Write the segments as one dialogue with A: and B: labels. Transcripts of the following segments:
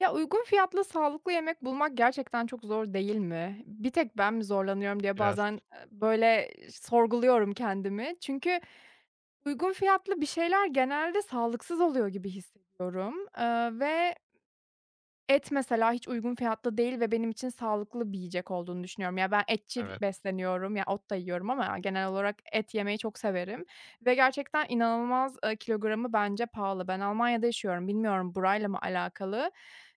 A: Ya, uygun fiyatlı sağlıklı yemek bulmak gerçekten çok zor değil mi? Bir tek ben mi zorlanıyorum diye
B: Biraz,
A: bazen, böyle, sorguluyorum kendimi. Çünkü uygun fiyatlı bir şeyler genelde sağlıksız oluyor gibi hissediyorum, ve et mesela hiç uygun fiyatlı değil ve benim için sağlıklı bir yiyecek olduğunu düşünüyorum. Ya, ben etçil
B: evet.
A: besleniyorum, ya, ot da yiyorum ama genel olarak et yemeyi çok severim ve gerçekten inanılmaz, kilogramı bence pahalı. Ben Almanya'da yaşıyorum, bilmiyorum burayla mı alakalı?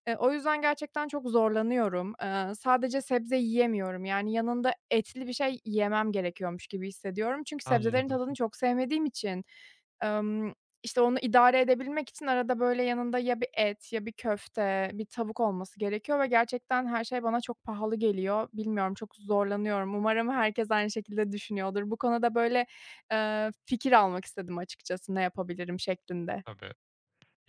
A: O yüzden gerçekten çok zorlanıyorum. Sadece sebze yiyemiyorum, yani, yanında etli bir şey yemem gerekiyormuş gibi hissediyorum. Çünkü sebzelerin
B: Anladım,
A: tadını çok sevmediğim için, işte, onu idare edebilmek için arada, böyle, yanında ya bir et ya bir köfte, bir tavuk olması gerekiyor ve gerçekten her şey bana çok pahalı geliyor. Bilmiyorum, çok zorlanıyorum. Umarım herkes aynı şekilde düşünüyordur. Bu konuda, böyle, fikir almak istedim açıkçası ne yapabilirim şeklinde.
B: tabii.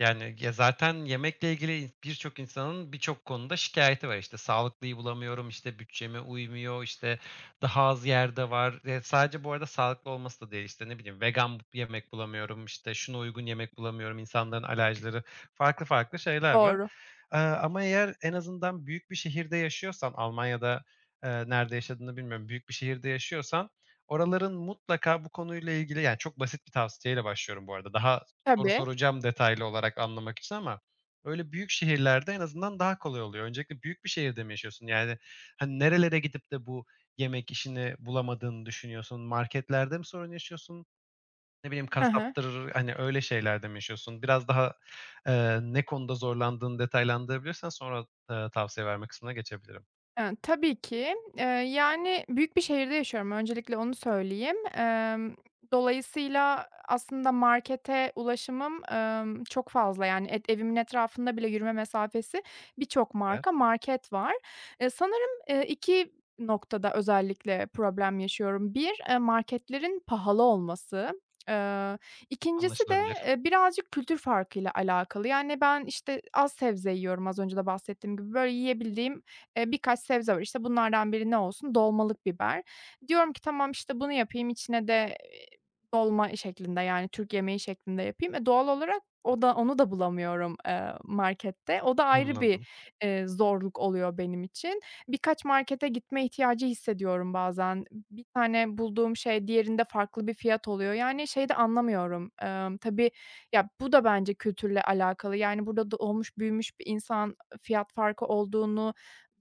B: Yani, ya, zaten yemekle ilgili birçok insanın birçok konuda şikayeti var. İşte, sağlıklıyı bulamıyorum, işte, bütçeme uymuyor, işte, daha az yerde var. Sadece bu arada sağlıklı olması da değil, işte, ne bileyim, vegan yemek bulamıyorum, işte, şuna uygun yemek bulamıyorum, İnsanların alerjileri, farklı farklı şeyler var.
A: Doğru.
B: Ama eğer en azından büyük bir şehirde yaşıyorsan, Almanya'da, nerede yaşadığını bilmiyorum, büyük bir şehirde yaşıyorsan oraların mutlaka bu konuyla ilgili, yani, çok basit bir tavsiyeyle başlıyorum bu arada, daha soru
A: Tabii.
B: soracağım detaylı olarak anlamak için ama öyle büyük şehirlerde en azından daha kolay oluyor. Öncelikle büyük bir şehirde mi yaşıyorsun? Yani, hani, nerelere gidip de bu yemek işini bulamadığını düşünüyorsun? Marketlerde mi sorun yaşıyorsun? Ne bileyim,
A: Hı hı.
B: kasaptır, hani, öyle şeylerde mi yaşıyorsun? Biraz daha, ne konuda zorlandığını detaylandırabilirsen sonra, tavsiye verme kısmına geçebilirim.
A: Tabii ki. Yani, büyük bir şehirde yaşıyorum, öncelikle onu söyleyeyim. Dolayısıyla aslında markete ulaşımım, çok fazla. Yani, et evimin etrafında bile yürüme mesafesi birçok
B: Süper.
A: marka market var. Sanırım, 2 noktada özellikle problem yaşıyorum. Bir marketlerin pahalı olması. Eee, 2'ncisi de,
B: Anlaşılabilir.
A: birazcık kültür farkıyla alakalı. Yani, ben, işte, az sebze yiyorum, az önce de bahsettiğim gibi. Böyle yiyebildiğim birkaç sebze var, işte, bunlardan biri ne olsun? Dolmalık biber. Diyorum ki tamam, işte, bunu yapayım, içine de, eee, dolma şeklinde, yani, Türk yemeği şeklinde yapayım. E, doğal olarak o da onu da bulamıyorum, markette. O da ayrı bir,
B: Anladım.
A: zorluk oluyor benim için. Birkaç markete gitme ihtiyacı hissediyorum bazen. Bir tane bulduğum şey diğerinde farklı bir fiyat oluyor. Yani, şeyi de anlamıyorum. Tabii, ya, bu da bence kültürle alakalı. Yani, burada doğmuş büyümüş bir insan fiyat farkı olduğunu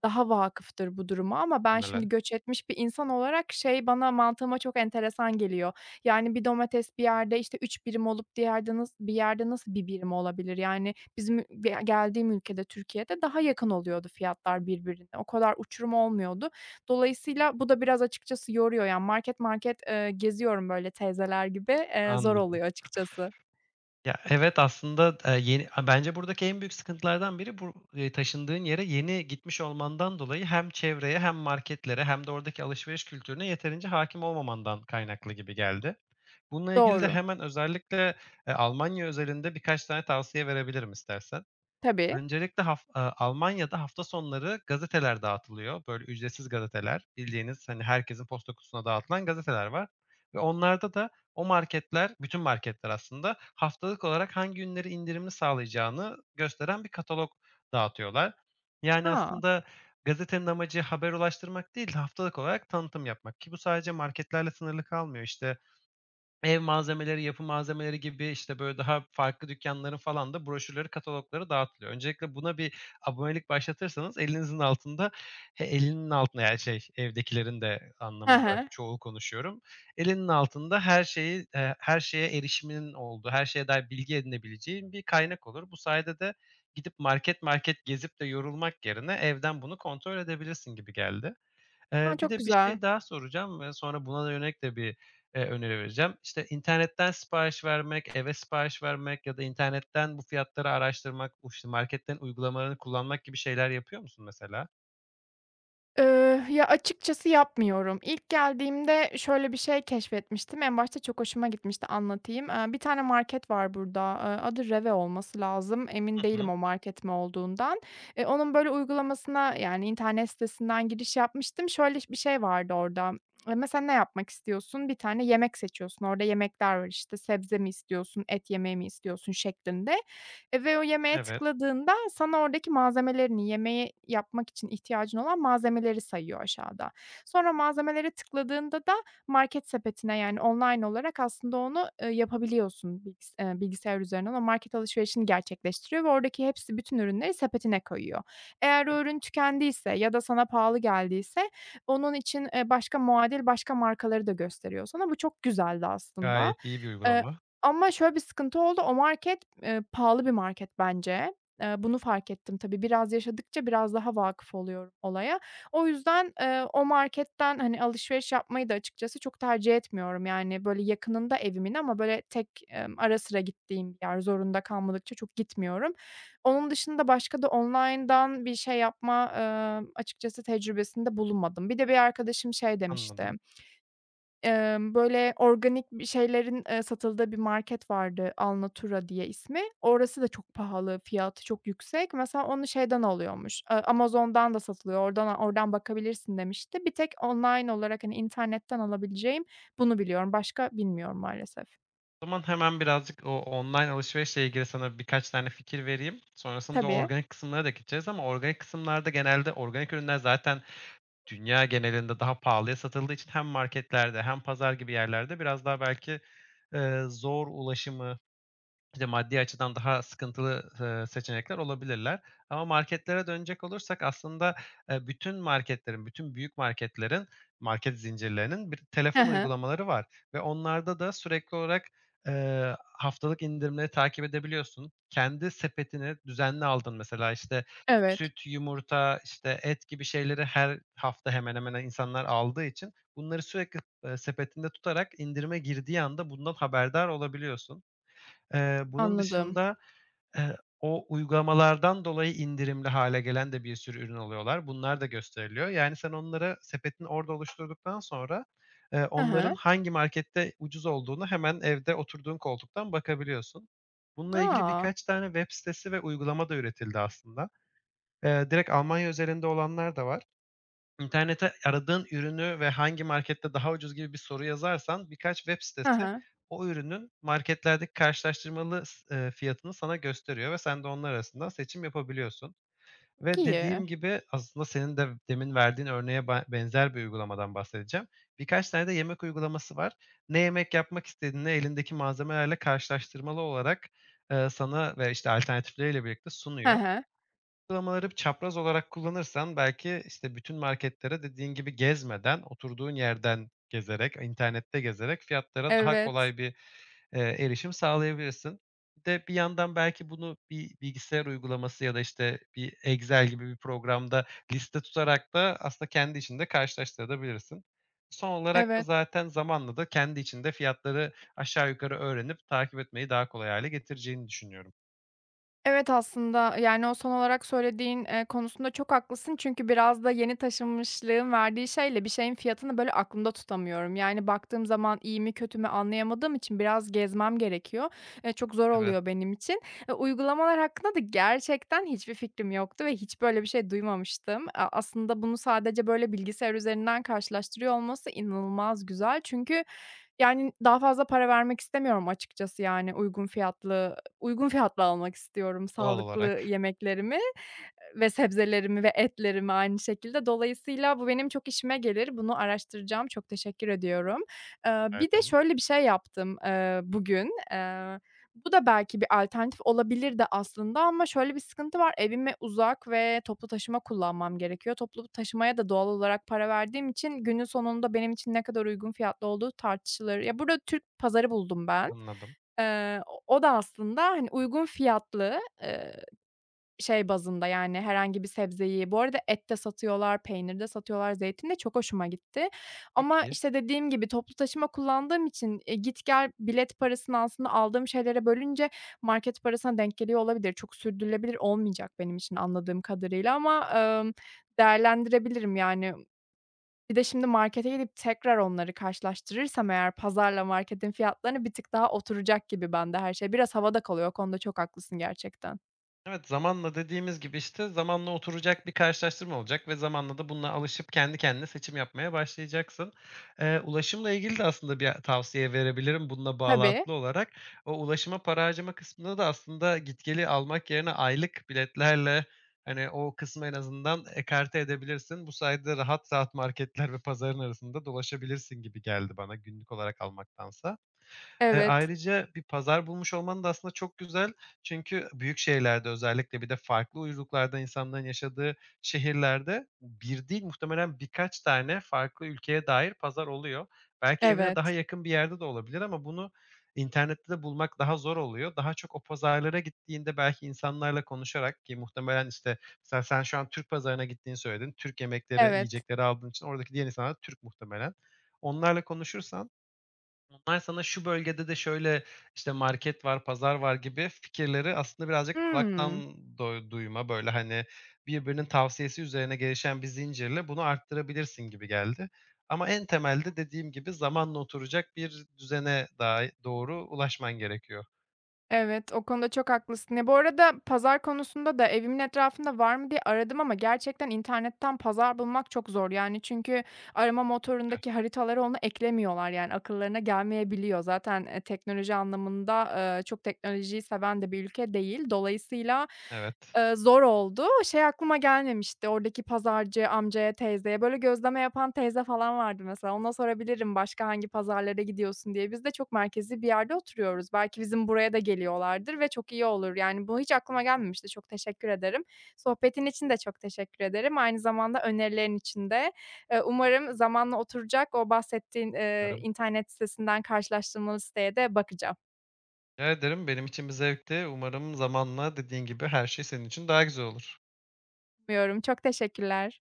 A: daha vakıftır bu duruma ama ben şimdi
B: Temelen.
A: göç etmiş bir insan olarak şey bana mantığıma çok enteresan geliyor. Yani bir domates bir yerde, işte, 3 birim olup diğerde nasıl bir yerde nasıl 1 birim olabilir? Yani bizim geldiğim ülkede Türkiye'de daha yakın oluyordu fiyatlar birbirine. O kadar uçurum olmuyordu. Dolayısıyla bu da biraz açıkçası yoruyor. Yani market market, geziyorum böyle teyzeler gibi. Zor
B: Anladım.
A: oluyor açıkçası.
B: Ya, evet, aslında, yeni bence buradaki en büyük sıkıntılardan biri bu, taşındığın yere yeni gitmiş olmandan dolayı hem çevreye hem marketlere hem de oradaki alışveriş kültürüne yeterince hakim olmamandan kaynaklı gibi geldi. Bununla ilgili de
A: Doğru.
B: hemen özellikle, Almanya özelinde birkaç tane tavsiye verebilirim istersen.
A: Tabii.
B: Öncelikle Almanya'da hafta sonları gazeteler dağıtılıyor. Böyle ücretsiz gazeteler. Bildiğiniz, hani, herkesin posta kutusuna dağıtılan gazeteler var ve onlarda da o marketler, bütün marketler aslında haftalık olarak hangi ürünleri indirimli sağlayacağını gösteren bir katalog dağıtıyorlar. Yani,
A: A!
B: aslında gazetenin amacı haber ulaştırmak değil, haftalık olarak tanıtım yapmak ki bu sadece marketlerle sınırlı kalmıyor. İşte, ev malzemeleri, yapı malzemeleri gibi, işte, böyle, daha farklı dükkanların falan da broşürleri, katalogları dağıtılıyor. Öncelikle buna bir abonelik başlatırsanız elinizin altında he, elinin altında, yani, şey, evdekilerin de
A: He
B: anlamında,
A: he.
B: çoğu konuşuyorum. Elinin altında her şeyi, her şeye erişiminin olduğu, her şeye dair bilgi edinebileceğin bir kaynak olur. Bu sayede de gidip market market gezip de yorulmak yerine evden bunu kontrol edebilirsin gibi geldi.
A: A,
B: Bir
A: çok
B: de bir
A: güzel.
B: şey daha soracağım ve sonra buna da yönelik de bir, öneri vereceğim. İşte, internetten sipariş vermek, eve sipariş vermek ya da internetten bu fiyatları araştırmak, işte, marketlerin uygulamalarını kullanmak gibi şeyler yapıyor musun mesela?
A: Ya, açıkçası yapmıyorum. İlk geldiğimde şöyle bir şey keşfetmiştim. En başta çok hoşuma gitmişti, anlatayım. Bir tane market var burada. Adı Reve olması lazım. Emin
B: Hı
A: değilim
B: hı.
A: o market mi olduğundan. Onun böyle uygulamasına, yani, internet sitesinden giriş yapmıştım. Şöyle bir şey vardı orada. Mesela ne yapmak istiyorsun? Bir tane yemek seçiyorsun. Orada yemekler var, işte, sebze mi istiyorsun, et yemeği mi istiyorsun şeklinde. Ve o yemeğe
B: Evet.
A: tıkladığında sana oradaki malzemelerini, yemeği yapmak için ihtiyacın olan malzemeleri sayıyor aşağıda. Sonra malzemelere tıkladığında da market sepetine, yani online olarak aslında onu, yapabiliyorsun bilgisayar üzerinden. O market alışverişini gerçekleştiriyor ve oradaki hepsi bütün ürünleri sepetine koyuyor. Eğer
B: Bak,
A: o ürün tükendiyse ya da sana pahalı geldiyse onun için, muadil başka markaları da gösteriyor sana. Bu çok güzeldi aslında.
B: gayet iyi bir
A: E,
B: uygulama.
A: ama şöyle bir sıkıntı oldu. O market, pahalı bir market bence. Bunu fark ettim tabii. Biraz yaşadıkça biraz daha vakıf oluyorum olaya. O yüzden, o marketten, hani, alışveriş yapmayı da açıkçası çok tercih etmiyorum. Yani, böyle, yakınında evimin ama, böyle, tek, ara sıra gittiğim bir yer, zorunda kalmadıkça çok gitmiyorum. Onun dışında başka da online'dan bir şey yapma, açıkçası tecrübesinde bulunmadım. Bir de bir arkadaşım şey demişti.
B: Anladım.
A: Böyle, organik bir şeylerin, satıldığı bir market vardı, Alnatura diye ismi. Orası da çok pahalı, fiyatı çok yüksek. Mesela onu şeyden alıyormuş, Amazon'dan da satılıyor, oradan bakabilirsin demişti. Bir tek online olarak, hani, internetten alabileceğim bunu biliyorum. Başka bilmiyorum maalesef.
B: O zaman hemen birazcık o online alışverişle ilgili sana birkaç tane fikir vereyim. Sonrasında
A: Tabii.
B: organik kısımlara da geçeceğiz ama organik kısımlarda genelde organik ürünler zaten dünya genelinde daha pahalıya satıldığı için hem marketlerde hem pazar gibi yerlerde biraz daha belki, zor ulaşımı, işte maddi açıdan daha sıkıntılı, seçenekler olabilirler. Ama marketlere dönecek olursak aslında, bütün marketlerin, bütün büyük marketlerin, market zincirlerinin bir
A: Hı
B: telefon
A: hı.
B: uygulamaları var ve onlarda da sürekli olarak, haftalık indirimleri takip edebiliyorsun. Kendi sepetini düzenli aldın mesela, işte,
A: Evet.
B: süt, yumurta, işte, et gibi şeyleri her hafta hemen hemen insanlar aldığı için bunları sürekli, sepetinde tutarak indirime girdiği anda bundan haberdar olabiliyorsun. Bunun
A: Anladım.
B: dışında, o uygulamalardan dolayı indirimli hale gelen de bir sürü ürün alıyorlar. Bunlar da gösteriliyor. Yani sen onları sepetini orada oluşturduktan sonra,
A: Hı
B: onların
A: hı.
B: hangi markette ucuz olduğunu hemen evde oturduğun koltuktan bakabiliyorsun. Bununla ilgili
A: A!
B: birkaç tane web sitesi ve uygulama da üretildi aslında. Direkt Almanya özelinde olanlar da var. İnternete aradığın ürünü ve hangi markette daha ucuz gibi bir soru yazarsan birkaç web
A: Hı
B: sitesi
A: hı.
B: o ürünün marketlerdeki karşılaştırmalı fiyatını sana gösteriyor ve sen de onlar arasında seçim yapabiliyorsun.
A: Çok
B: Ve
A: iyi.
B: dediğim gibi aslında senin de demin verdiğin örneğe benzer bir uygulamadan bahsedeceğim. Birkaç tane de yemek uygulaması var. Ne yemek yapmak istediğini elindeki malzemelerle karşılaştırmalı olarak, sana ve, işte, alternatifleriyle birlikte
A: Hı.
B: sunuyor.
A: He.
B: Uygulamaları çapraz olarak kullanırsan belki, işte, bütün marketlere dediğin gibi gezmeden, oturduğun yerden gezerek, internette gezerek fiyatlara daha
A: Evet.
B: kolay bir, erişim sağlayabilirsin. Bir de bir yandan belki bunu bir bilgisayar uygulaması ya da, işte, bir Excel gibi bir programda liste tutarak da aslında kendi içinde karşılaştırabilirsin. Son olarak da
A: Evet.
B: zaten zamanla da kendi içinde fiyatları aşağı yukarı öğrenip takip etmeyi daha kolay hale getireceğini düşünüyorum.
A: Evet, aslında, yani, o son olarak söylediğin, konusunda çok haklısın. Çünkü biraz da yeni taşınmışlığın verdiği şeyle bir şeyin fiyatını, böyle, aklımda tutamıyorum. Yani, baktığım zaman iyi mi kötü mü anlayamadığım için biraz gezmem gerekiyor. Çok zor
B: Evet,
A: oluyor benim için. Uygulamalar hakkında da gerçekten hiçbir fikrim yoktu ve hiç böyle bir şey duymamıştım. Aslında bunu sadece, böyle, bilgisayar üzerinden karşılaştırıyor olması inanılmaz güzel. Çünkü, yani, daha fazla para vermek istemiyorum açıkçası, yani, uygun fiyatlı almak istiyorum
B: doğal
A: sağlıklı
B: olarak.
A: yemeklerimi ve sebzelerimi ve etlerimi aynı şekilde. Dolayısıyla bu benim çok işime gelir. Bunu araştıracağım. Çok teşekkür ediyorum.
B: Rica
A: Bir de
B: ederim.
A: şöyle bir şey yaptım, bugün. Bu da belki bir alternatif olabilirdi aslında ama şöyle bir sıkıntı var. Evime uzak ve toplu taşıma kullanmam gerekiyor. Toplu taşımaya da doğal olarak para verdiğim için günün sonunda benim için ne kadar uygun fiyatlı olduğu tartışılır. Ya, burada Türk pazarı buldum ben.
B: Anladım.
A: O da aslında, hani, uygun fiyatlı, şey bazında, yani, herhangi bir sebzeyi. Bu arada et de satıyorlar, peynir de satıyorlar, zeytin de çok hoşuma gitti
B: Çok
A: ama,
B: iyi.
A: işte, dediğim gibi toplu taşıma kullandığım için, git gel bilet parasını aslında aldığım şeylere bölünce market parasına denk geliyor olabilir. Çok sürdürülebilir olmayacak benim için anladığım kadarıyla ama, değerlendirebilirim, yani. Bir de şimdi markete gidip tekrar onları karşılaştırırsam eğer pazarla marketin fiyatlarını bir tık daha oturacak gibi bende her şey. Biraz havada kalıyor. O konuda çok haklısın gerçekten.
B: Evet, zamanla dediğimiz gibi, işte, zamanla oturacak bir karşılaştırma olacak ve zamanla da bununla alışıp kendi kendine seçim yapmaya başlayacaksın. Ulaşımla ilgili de aslında bir tavsiye verebilirim bununla
A: Tabii.
B: bağlantılı olarak. O ulaşıma para harcama kısmında da aslında git geli almak yerine aylık biletlerle, hani, o kısmı en azından ekarte edebilirsin. Bu sayede rahat rahat marketler ve pazarın arasında dolaşabilirsin gibi geldi bana günlük olarak almaktansa.
A: Evet.
B: Ayrıca bir pazar bulmuş olman da aslında çok güzel. Çünkü büyük şehirlerde özellikle bir de farklı uyruklarda insanların yaşadığı şehirlerde bir değil muhtemelen birkaç tane farklı ülkeye dair pazar oluyor. Belki evine daha
A: Evet.
B: yakın bir yerde de olabilir ama bunu internette de bulmak daha zor oluyor. Daha çok o pazarlara gittiğinde belki insanlarla konuşarak ki muhtemelen, işte, mesela sen şu an Türk pazarına gittiğini söyledin. Türk yemekleri,
A: Evet.
B: yiyecekleri aldığın için oradaki diğer insanlar Türk muhtemelen. Onlarla konuşursan onlar sana şu bölgede de şöyle, işte, market var, pazar var gibi fikirleri aslında birazcık kulaktan
A: Hıı.
B: duyma, böyle, hani, birbirinin tavsiyesi üzerine gelişen bir zincirle bunu arttırabilirsin gibi geldi. Ama en temelde dediğim gibi zamanla oturacak bir düzene dahi doğru ulaşman gerekiyor.
A: Evet, o konuda çok haklısın. Ya, bu arada pazar konusunda da evimin etrafında var mı diye aradım ama gerçekten internetten pazar bulmak çok zor. Yani çünkü arama motorundaki haritalara onu eklemiyorlar, yani akıllarına gelmeyebiliyor. Zaten, teknoloji anlamında, çok teknolojiyi seven de bir ülke değil. Dolayısıyla
B: Evet,
A: Zor oldu. Şey aklıma gelmemişti, oradaki pazarcı amcaya, teyzeye, böyle gözleme yapan teyze falan vardı mesela. Ona sorabilirim başka hangi pazarlara gidiyorsun diye. Biz de çok merkezi bir yerde oturuyoruz. Belki bizim buraya da geliyorlardır ve çok iyi olur. Yani bu hiç aklıma gelmemişti. Çok teşekkür ederim. Sohbetin için de çok teşekkür ederim. Aynı zamanda önerilerin için de. Umarım zamanla oturacak o bahsettiğin,
B: umarım.
A: internet sitesinden karşılaştırmalı siteye de bakacağım.
B: Rica ederim. Benim için bir zevkti. Umarım zamanla dediğin gibi her şey senin için daha güzel olur.
A: Umuyorum. Çok teşekkürler.